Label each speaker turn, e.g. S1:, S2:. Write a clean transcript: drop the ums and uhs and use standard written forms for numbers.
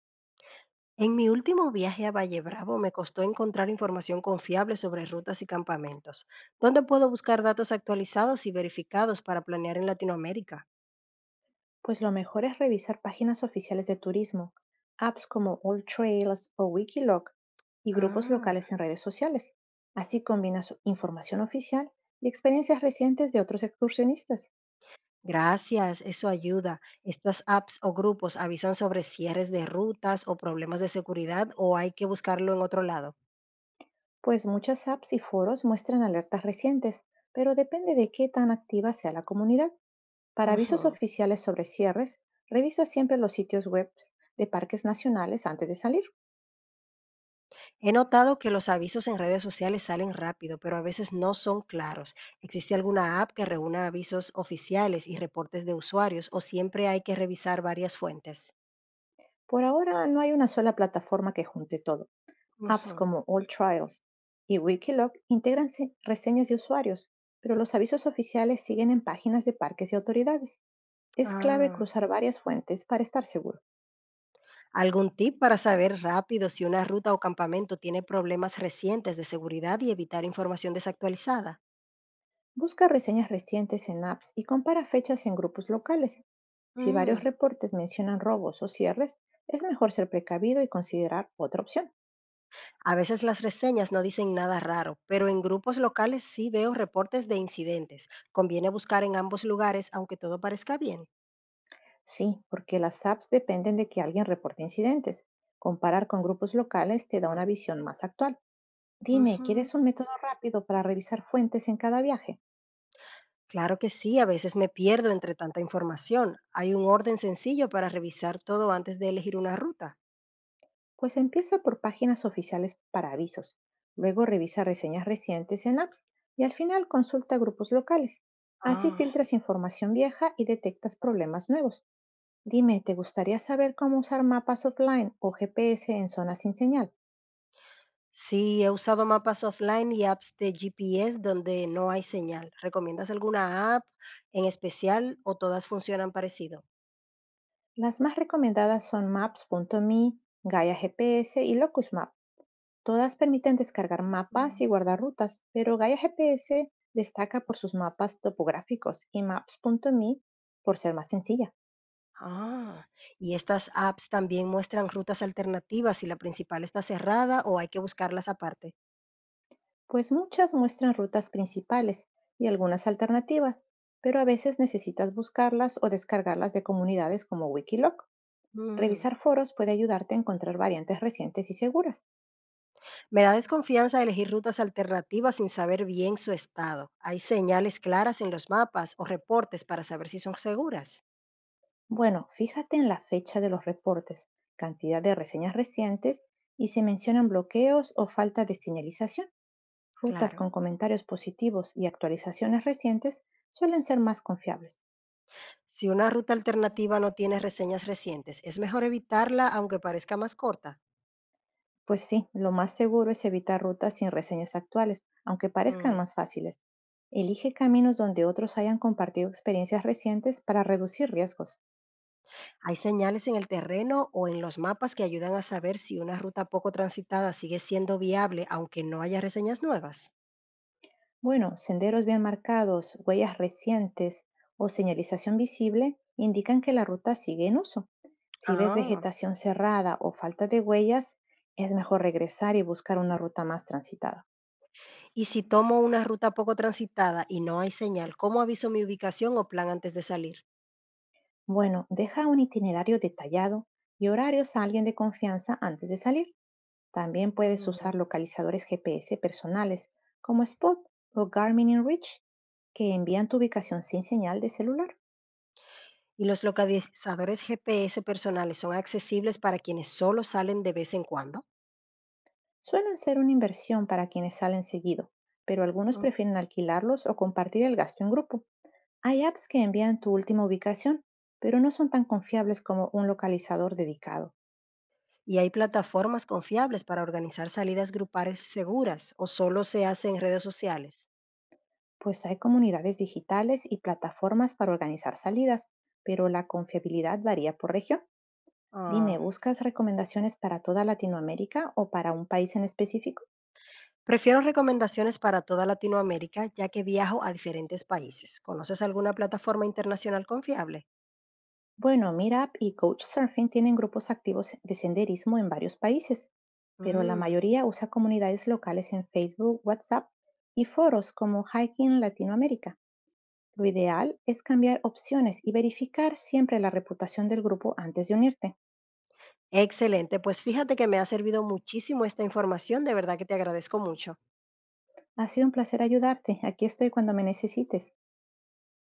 S1: En mi último viaje a Valle Bravo me costó encontrar información confiable sobre rutas y campamentos. ¿Dónde puedo buscar datos actualizados y verificados para planear en Latinoamérica?
S2: Pues lo mejor es revisar páginas oficiales de turismo, apps como All Trails o Wikiloc y grupos
S1: Ah,
S2: locales en redes sociales. Así combinas información oficial y experiencias recientes de otros excursionistas,
S1: gracias, eso ayuda. ¿Estas apps o grupos avisan sobre cierres de rutas o problemas de seguridad o hay que buscarlo en otro lado?
S2: pues muchas apps y foros muestran alertas recientes, pero depende de qué tan activa sea la comunidad. Para avisos
S1: Ujú.
S2: oficiales sobre cierres, revisa siempre los sitios web de parques nacionales antes de salir.
S1: He notado que los avisos en redes sociales salen rápido, pero a veces no son claros. ¿Existe alguna app que reúna avisos oficiales y reportes de usuarios o siempre hay que revisar varias fuentes?
S2: Por ahora no hay una sola plataforma que junte todo. Apps
S1: Ujú.
S2: como All Trials y Wikiloc integran reseñas de usuarios, pero los avisos oficiales siguen en páginas de parques y autoridades. Es clave
S1: Ah.
S2: cruzar varias fuentes para estar seguro.
S1: ¿Algún tip para saber rápido si una ruta o campamento tiene problemas recientes de seguridad y evitar información desactualizada?
S2: Busca reseñas recientes en apps y compara fechas en grupos locales. Si varios
S1: Mm.
S2: reportes mencionan robos o cierres, es mejor ser precavido y considerar otra opción.
S1: A veces las reseñas no dicen nada raro, pero en grupos locales sí veo reportes de incidentes. Conviene buscar en ambos lugares aunque todo parezca bien.
S2: Sí, porque las apps dependen de que alguien reporte incidentes. Comparar con grupos locales te da una visión más actual. Dime,
S1: Ujú,
S2: ¿quieres un método rápido para revisar fuentes en cada viaje?
S1: claro que sí, a veces me pierdo entre tanta información. Hay un orden sencillo para revisar todo antes de elegir una ruta.
S2: Pues empieza por páginas oficiales para avisos, luego revisa reseñas recientes en apps y al final consulta grupos locales. Así
S1: Ah,
S2: filtras información vieja y detectas problemas nuevos. Dime, ¿te gustaría saber cómo usar mapas offline o GPS en zonas sin señal?
S1: sí, he usado mapas offline y apps de GPS donde no hay señal. ¿Recomiendas alguna app en especial o todas funcionan parecido?
S2: Las más recomendadas son maps.me, Gaia GPS y Locus. Todas permiten descargar mapas
S1: Mm,
S2: y guardar rutas, pero Gaia GPS destaca por sus mapas topográficos y Maps.me por ser más sencilla,
S1: ah, y estas apps también muestran rutas alternativas si la principal está cerrada o hay que buscarlas aparte.
S2: pues muchas muestran rutas principales y algunas alternativas, pero a veces necesitas buscarlas o descargarlas de comunidades como Wikiloc.
S1: Mm.
S2: Revisar foros puede ayudarte a encontrar variantes recientes y seguras.
S1: Me da desconfianza elegir rutas alternativas sin saber bien su estado. ¿Hay señales claras en los mapas o reportes para saber si son seguras?
S2: Bueno, fíjate en la fecha de los reportes, cantidad de reseñas recientes y si mencionan bloqueos o falta de señalización. Rutas
S1: Claro.
S2: con comentarios positivos y actualizaciones recientes suelen ser más confiables.
S1: Si una ruta alternativa no tiene reseñas recientes, ¿es mejor evitarla aunque parezca más corta?
S2: Pues sí, lo más seguro es evitar rutas sin reseñas actuales, aunque parezcan
S1: Mm.
S2: más fáciles. Elige caminos donde otros hayan compartido experiencias recientes para reducir riesgos.
S1: ¿Hay señales en el terreno o en los mapas que ayudan a saber si una ruta poco transitada sigue siendo viable aunque no haya reseñas nuevas?
S2: Bueno, senderos bien marcados, huellas recientes o señalización visible indican que la ruta sigue en uso. Si ves
S1: Ah,
S2: vegetación cerrada o falta de huellas, es mejor regresar y buscar una ruta más transitada.
S1: y si tomo una ruta poco transitada y no hay señal, ¿cómo aviso mi ubicación o plan antes de salir?
S2: Bueno, deja un itinerario detallado y horarios a alguien de confianza antes de salir. También puedes
S1: Mm.
S2: usar localizadores GPS personales como Spot o Garmin InReach que envían tu ubicación sin señal de celular.
S1: Y los localizadores GPS personales son accesibles para quienes solo salen de vez en cuando.
S2: Suelen ser una inversión para quienes salen seguido, pero algunos
S1: Mm,
S2: prefieren alquilarlos o compartir el gasto en grupo. Hay apps que envían tu última ubicación, pero no son tan confiables como un localizador dedicado.
S1: y hay plataformas confiables para organizar salidas grupales seguras o solo se hace en redes sociales.
S2: Pues hay comunidades digitales y plataformas para organizar salidas, pero la confiabilidad varía por región. Dime,
S1: Ah.
S2: ¿buscas recomendaciones para toda Latinoamérica o para un país en específico?
S1: Prefiero recomendaciones para toda Latinoamérica ya que viajo a diferentes países. ¿Conoces alguna plataforma internacional confiable?
S2: Bueno, Meetup y Couchsurfing tienen grupos activos de senderismo en varios países, pero la
S1: Mm.
S2: mayoría usa comunidades locales en Facebook, WhatsApp y foros como Hiking Latinoamérica. Lo ideal es cambiar opciones y verificar siempre la reputación del grupo antes de unirte.
S1: Excelente, pues fíjate que me ha servido muchísimo esta información, de verdad que te agradezco mucho.
S2: Ha sido un placer ayudarte. Aquí estoy cuando me necesites.